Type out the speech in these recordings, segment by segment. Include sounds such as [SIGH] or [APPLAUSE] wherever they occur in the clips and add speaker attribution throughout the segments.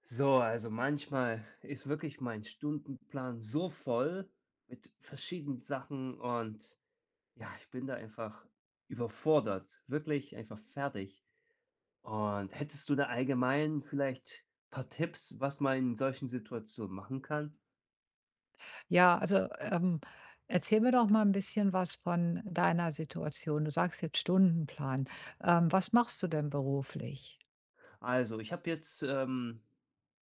Speaker 1: So, also manchmal ist wirklich mein Stundenplan so voll mit verschiedenen Sachen und ja, ich bin da einfach überfordert, wirklich einfach fertig. Und hättest du da allgemein vielleicht ein paar Tipps, was man in solchen Situationen machen kann?
Speaker 2: Ja, also, erzähl mir doch mal ein bisschen was von deiner Situation. Du sagst jetzt Stundenplan. Was machst du denn beruflich?
Speaker 1: Also, ich habe jetzt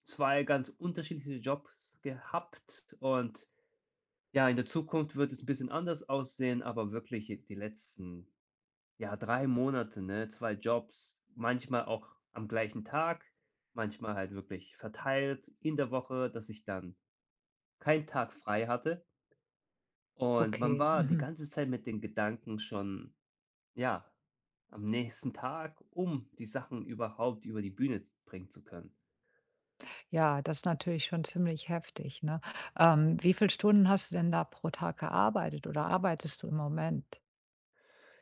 Speaker 1: zwei ganz unterschiedliche Jobs gehabt und ja, in der Zukunft wird es ein bisschen anders aussehen, aber wirklich die letzten, ja, 3 Monate, ne? Zwei Jobs, manchmal auch am gleichen Tag, manchmal halt wirklich verteilt in der Woche, dass ich dann keinen Tag frei hatte. Und man
Speaker 2: Okay,
Speaker 1: war die
Speaker 2: mhm.
Speaker 1: ganze Zeit mit den Gedanken schon, ja, am nächsten Tag, um die Sachen überhaupt über die Bühne z bringen zu können.
Speaker 2: Ja, das ist natürlich schon ziemlich heftig, ne? Wie viel Stunden hast du denn da pro Tag gearbeitet oder arbeitest du im Moment?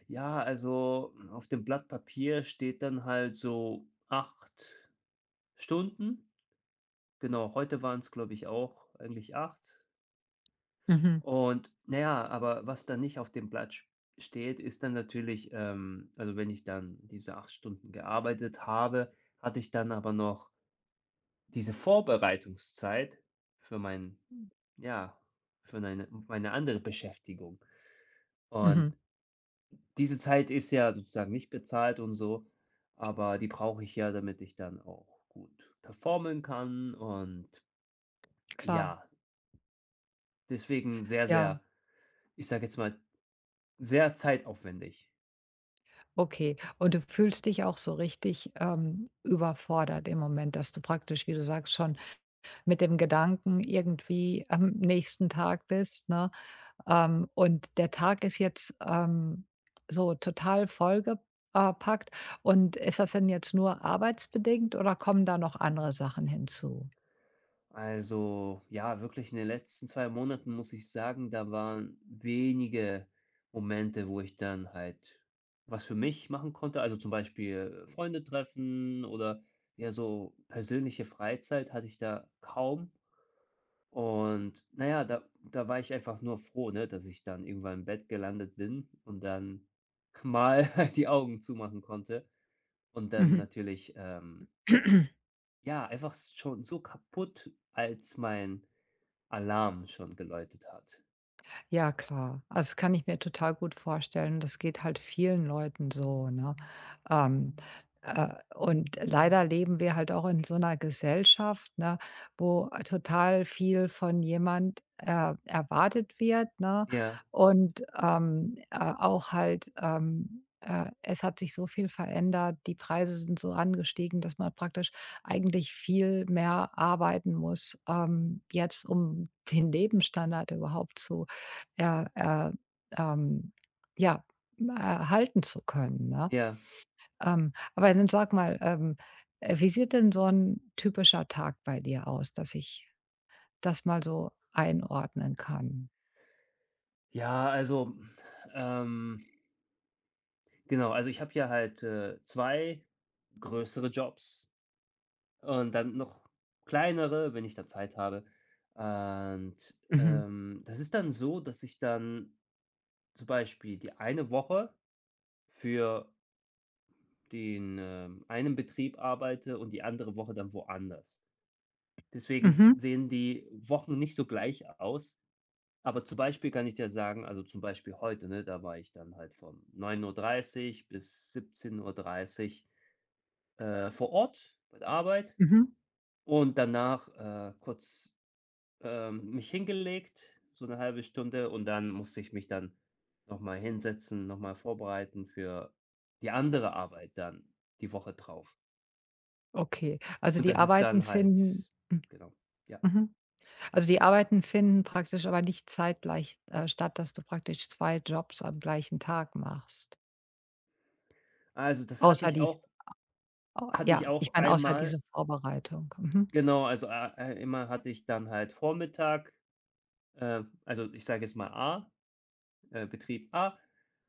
Speaker 1: Ja, also auf dem Blatt Papier steht dann halt so 8 Stunden. Genau, heute waren es, glaube ich, auch eigentlich 8.
Speaker 2: Mhm,
Speaker 1: Und naja, aber was dann nicht auf dem Blatt sch steht, ist dann natürlich, also, wenn ich dann diese 8 Stunden gearbeitet habe, hatte ich dann aber noch diese Vorbereitungszeit für mein ja, für meine andere Beschäftigung.
Speaker 2: mhm,
Speaker 1: Und diese Zeit ist ja sozusagen nicht bezahlt und so, aber die brauche ich ja, damit ich dann auch gut performen kann. Und
Speaker 2: klar.
Speaker 1: ja, deswegen sehr,
Speaker 2: Ja,
Speaker 1: sehr, ich sage jetzt mal, sehr zeitaufwendig.
Speaker 2: okay. Und du fühlst dich auch so richtig, überfordert im Moment, dass du praktisch, wie du sagst, schon mit dem Gedanken irgendwie am nächsten Tag bist, ne? Und der Tag ist jetzt, so total vollgepackt. Und ist das denn jetzt nur arbeitsbedingt oder kommen da noch andere Sachen hinzu?
Speaker 1: Also, ja, wirklich in den letzten 2 Monaten muss ich sagen, da waren wenige Momente, wo ich dann halt was für mich machen konnte. Also, zum Beispiel Freunde treffen oder ja, so persönliche Freizeit hatte ich da kaum. Und na ja, da war ich einfach nur froh, ne, dass ich dann irgendwann im Bett gelandet bin und dann [LAUGHS] mal die Augen zumachen konnte und dann
Speaker 2: Mhm.
Speaker 1: natürlich,
Speaker 2: [CLEARS THROAT]
Speaker 1: ja, einfach schon so kaputt, als mein Alarm schon geläutet hat.
Speaker 2: Ja, klar. Also, das kann ich mir total gut vorstellen. Das geht halt vielen Leuten so, ne? Ähm, äh, und leider leben wir halt auch in so einer Gesellschaft, ne, wo total viel von jemand, erwartet wird, ne?
Speaker 1: Ja,
Speaker 2: Und, auch halt, es hat sich so viel verändert, die Preise sind so angestiegen, dass man praktisch eigentlich viel mehr arbeiten muss, jetzt, um den Lebensstandard überhaupt zu er er, ähm, ja, erhalten zu können, ne?
Speaker 1: ja.
Speaker 2: Aber dann sag mal, wie sieht denn so ein typischer Tag bei dir aus, dass ich das mal so einordnen kann?
Speaker 1: Ja, also, ähm, genau, also ich habe ja halt, 2 größere Jobs und dann noch kleinere, wenn ich da Zeit habe. Und,
Speaker 2: Mhm.
Speaker 1: das ist dann so, dass ich dann zum Beispiel die eine Woche für den, einen Betrieb arbeite und die andere Woche dann woanders. Deswegen
Speaker 2: Mhm.
Speaker 1: sehen die Wochen nicht so gleich aus. Aber zum Beispiel kann ich dir sagen, also zum Beispiel heute, ne, da war ich dann halt von 9:30 bis 17:30, vor Ort bei der Arbeit
Speaker 2: Mhm.
Speaker 1: und danach, kurz, mich hingelegt, so eine halbe Stunde, und dann musste ich mich dann nochmal hinsetzen, nochmal vorbereiten für die andere Arbeit dann die Woche drauf.
Speaker 2: Okay.
Speaker 1: Und das ist dann halt, genau, ja.
Speaker 2: Mhm, also, die Arbeiten finden praktisch aber nicht zeitgleich, statt, dass du praktisch 2 Jobs am gleichen Tag machst.
Speaker 1: Also, das hatte
Speaker 2: Außer
Speaker 1: ich
Speaker 2: die
Speaker 1: auch
Speaker 2: au
Speaker 1: hatte ich
Speaker 2: Ja, ich
Speaker 1: auch
Speaker 2: meine außer
Speaker 1: einmal.
Speaker 2: diese Vorbereitung. Mhm.
Speaker 1: Genau, also, a immer hatte ich dann halt Vormittag, also, ich sage jetzt mal A, Betrieb A,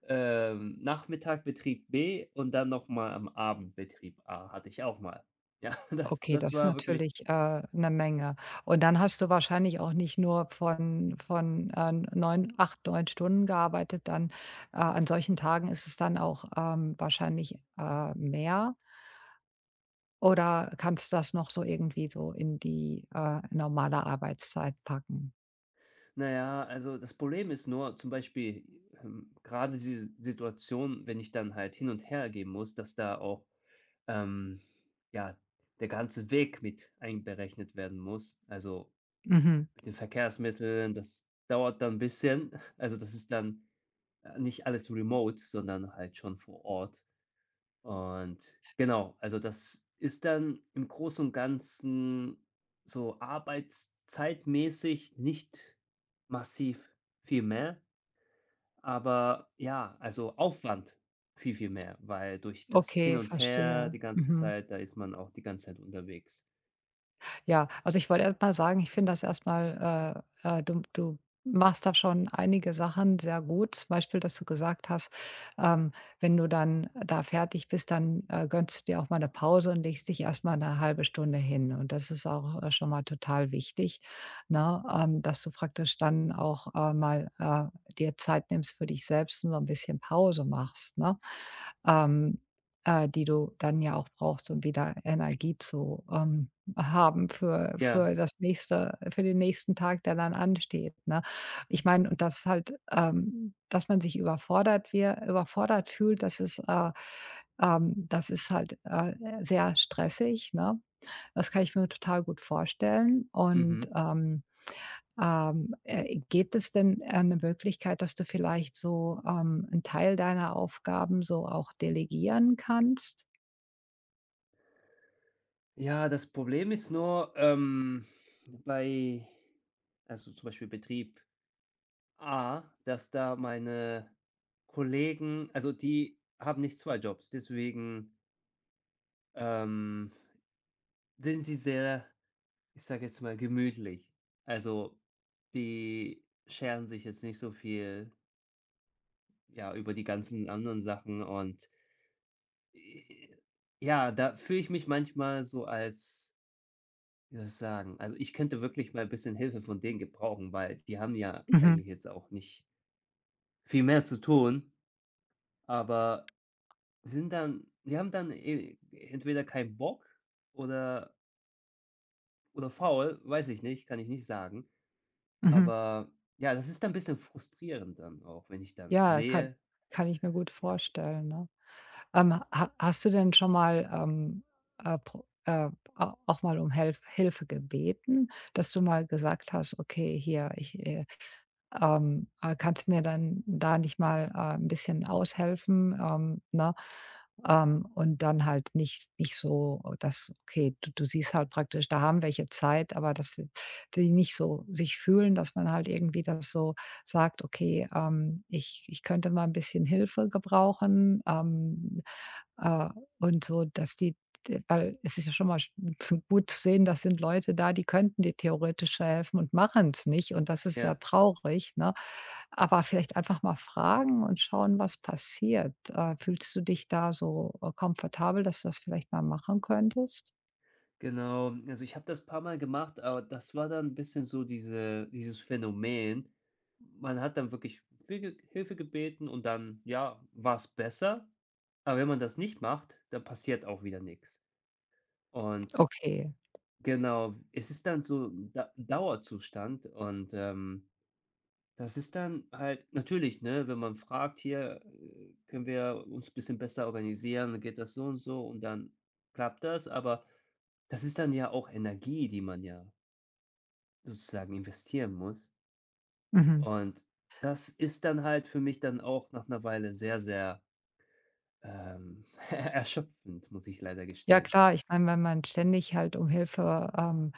Speaker 1: Nachmittag Betrieb B und dann noch mal am Abend Betrieb A, hatte ich auch mal. Ja, [LAUGHS] das
Speaker 2: Okay,
Speaker 1: das
Speaker 2: das ist
Speaker 1: war wirklich.
Speaker 2: natürlich, 'ne Menge. Und dann hast du wahrscheinlich auch nicht nur von 9, 8, 9 Stunden gearbeitet, dann, an solchen Tagen ist es dann auch, wahrscheinlich, mehr oder kannst du das noch so irgendwie so in die, normale Arbeitszeit packen?
Speaker 1: Na ja, also, das Problem ist nur, zum Beispiel, grade diese Situation, wenn ich dann halt hin und her gehen muss, dass da auch, ähm, ja, der ganze Weg mit einberechnet werden muss. Also,
Speaker 2: Mhm.
Speaker 1: mit den Verkehrsmitteln, das dauert dann ein bisschen. [LAUGHS] Also, das ist dann, nicht alles remote, sondern halt schon vor Ort. Und genau, also das ist dann im Großen und Ganzen so arbeitszeitmäßig nicht massiv viel mehr, aber ja, also Aufwand viel, viel mehr, weil durch das Hin
Speaker 2: Okay,
Speaker 1: und Her
Speaker 2: verstehe.
Speaker 1: die ganze
Speaker 2: Mhm.
Speaker 1: Zeit, da ist man auch die ganze Zeit unterwegs.
Speaker 2: Ja, also ich wollte erst mal sagen, ich finde das erst mal, du machst da schon einige Sachen sehr gut. Zum Beispiel, dass du gesagt hast, ähm, wenn du dann da fertig bist, dann, gönnst du dir auch mal eine Pause und legst dich erst mal 'ne 1 Stunde hin. Und das ist auch, schon mal total wichtig, ne, dass du praktisch dann auch, mal, dir Zeit nimmst für dich selbst und so ein bisschen Pause machst, ne? Ähm, Die du dann ja auch brauchst, um wieder Energie zu, haben für
Speaker 1: Ja,
Speaker 2: für das nächste für den nächsten Tag, der dann ansteht, ne? Ich meine, und das halt, dass man sich überfordert fühlt, das ist halt, sehr stressig, ne? Das kann ich mir total gut vorstellen und,
Speaker 1: mhm.
Speaker 2: gibt es denn, eine Möglichkeit, dass du vielleicht so, 'n Teil deiner Aufgaben so auch delegieren kannst?
Speaker 1: Ja, das Problem ist nur, bei, also, zum Beispiel Betrieb A, dass da meine Kollegen, also, die haben nicht 2 Jobs, deswegen, ähm, sind sie sehr, ich sage jetzt mal, gemütlich. Also, die scheren sich jetzt nicht so viel, ja, über die ganzen anderen Sachen, und, äh, ja, da fühle ich mich manchmal so als. Wie soll ich sagen? Also, ich könnte wirklich mal ein bisschen Hilfe von denen gebrauchen, weil die haben ja
Speaker 2: Mhm,
Speaker 1: eigentlich jetzt auch nicht viel mehr zu tun, aber sind dann die haben dann e entweder keinen Bock oder oder faul, weiß ich nicht, kann ich nicht sagen.
Speaker 2: mhm.
Speaker 1: Aber ja, das ist dann ein bisschen frustrierend dann auch, wenn ich dann
Speaker 2: Ja, kann
Speaker 1: sehe.
Speaker 2: kann ich mir gut
Speaker 1: Ja,
Speaker 2: vorstellen, ne? Ha Hast du denn schon mal, pro au auch mal um Helf Hilfe gebeten, dass du mal gesagt hast: „Okay, hier, ich, kannst mir dann da nicht mal, 'n bisschen aushelfen, ne? Und dann halt nicht so, oh, dass okay, du siehst halt praktisch, da haben welche Zeit, aber dass sie die nicht so sich fühlen, dass man halt irgendwie das so sagt: „Okay, ich könnte mal ein bisschen Hilfe gebrauchen“, äh, und so, dass die d weil es ist ja schon mal f gut sehen, das sind Leute da, die könnten dir theoretisch helfen und machen es nicht und das ist ja
Speaker 1: ja.
Speaker 2: traurig, ne? Aber vielleicht einfach mal fragen und schauen, was passiert. Fühlst du dich da so, komfortabel, dass du das vielleicht mal machen könntest?
Speaker 1: Genau, also ich habe das paar Mal gemacht, aber das war dann 'n bisschen so dieses Phänomen. Man hat dann wirklich viel Ge Hilfe gebeten und dann, ja, war es besser. Aber wenn man das nicht macht, dann passiert auch wieder nichts. Und
Speaker 2: Okay.
Speaker 1: genau, es ist dann so 'n Dauerzustand, und, das ist dann halt natürlich, ne, wenn man fragt: „Hier, können wir uns ein bisschen besser organisieren, dann geht das so und so?" Und dann klappt das, aber das ist dann ja auch Energie, die man ja sozusagen investieren muss.
Speaker 2: Mhm.
Speaker 1: Und das ist dann halt für mich dann auch nach einer Weile sehr, sehr, ähm, [LAUGHS] erschöpfend, muss ich leider
Speaker 2: Ja
Speaker 1: gestehen.
Speaker 2: klar, ich meine, wenn man ständig halt um Hilfe, ähm,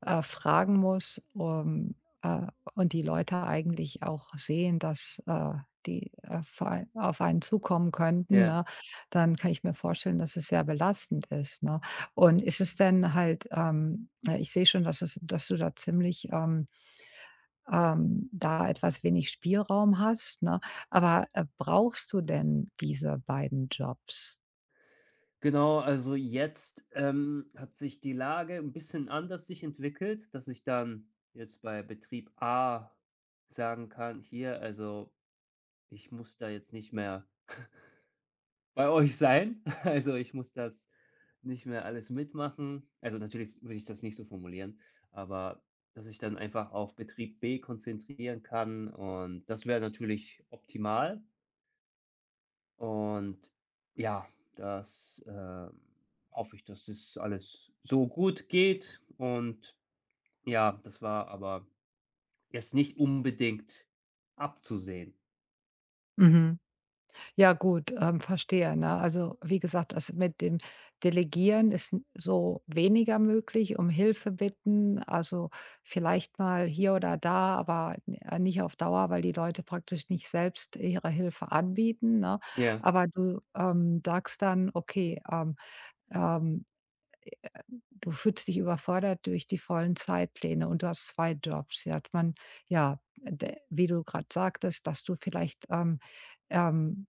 Speaker 2: äh, fragen muss, um, äh und die Leute eigentlich auch sehen, dass, die, vor ei auf einen zukommen könnten,
Speaker 1: Ja,
Speaker 2: ne, dann kann ich mir vorstellen, dass es sehr belastend ist, ne? Und ist es denn halt, ich sehe schon, dass du da ziemlich, da etwas wenig Spielraum hast, ne? Aber, brauchst du denn diese beiden Jobs?
Speaker 1: genau, also jetzt, hat sich die Lage ein bisschen anders sich entwickelt, dass ich dann jetzt bei Betrieb A sagen kann: „Hier, also, ich muss da jetzt nicht mehr bei euch sein." [LAUGHS] Also, ich muss das nicht mehr alles mitmachen. Also, natürlich würde ich das nicht so formulieren, aber dass ich dann einfach auf Betrieb B konzentrieren kann, und das wäre natürlich optimal. Und ja, das, hoffe ich, dass das alles so gut geht. Und ja, das war aber jetzt nicht unbedingt abzusehen.
Speaker 2: Mhm. Ja gut, verstehe, ne? Also, wie gesagt, das mit dem Delegieren ist n so weniger möglich, um Hilfe bitten, also, vielleicht mal hier oder da, aber n nicht auf Dauer, weil die Leute praktisch nicht selbst ihre Hilfe anbieten, ne?
Speaker 1: Ja,
Speaker 2: Aber du, sagst dann, okay, ähm, du fühlst dich überfordert durch die vollen Zeitpläne und du hast 2 Jobs. Ja, man ja, de Wie du gerade sagtest, dass du vielleicht, ähm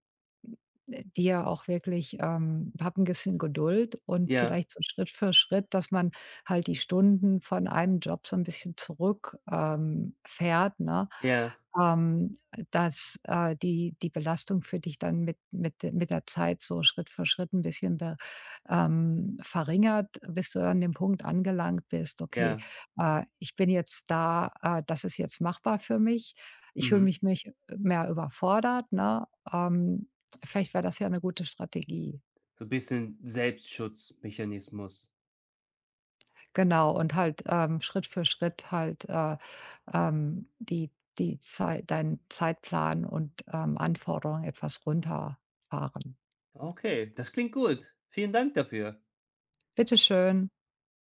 Speaker 2: die ja auch wirklich hab 'n bisschen Geduld und
Speaker 1: ja,
Speaker 2: vielleicht so Schritt für Schritt, dass man halt die Stunden von einem Job so ein bisschen zurück fährt, ne?
Speaker 1: ja,
Speaker 2: Ähm, Dass, die Belastung für dich dann mit de mit der Zeit so Schritt für Schritt ein bisschen be verringert, bis du an dem Punkt angelangt bist: „Okay,
Speaker 1: ja,
Speaker 2: ich bin jetzt da, das ist jetzt machbar für mich. Ich fühle
Speaker 1: mhm.
Speaker 2: mich nicht mehr überfordert“, ne? Ähm Vielleicht wäre das ja eine gute Strategie.
Speaker 1: So ein bisschen Selbstschutzmechanismus.
Speaker 2: Genau, und halt, Schritt für Schritt halt, die die Zeit deinen Zeitplan und, Anforderungen etwas runterfahren.
Speaker 1: Okay, das klingt gut. Vielen Dank dafür.
Speaker 2: Bitte schön.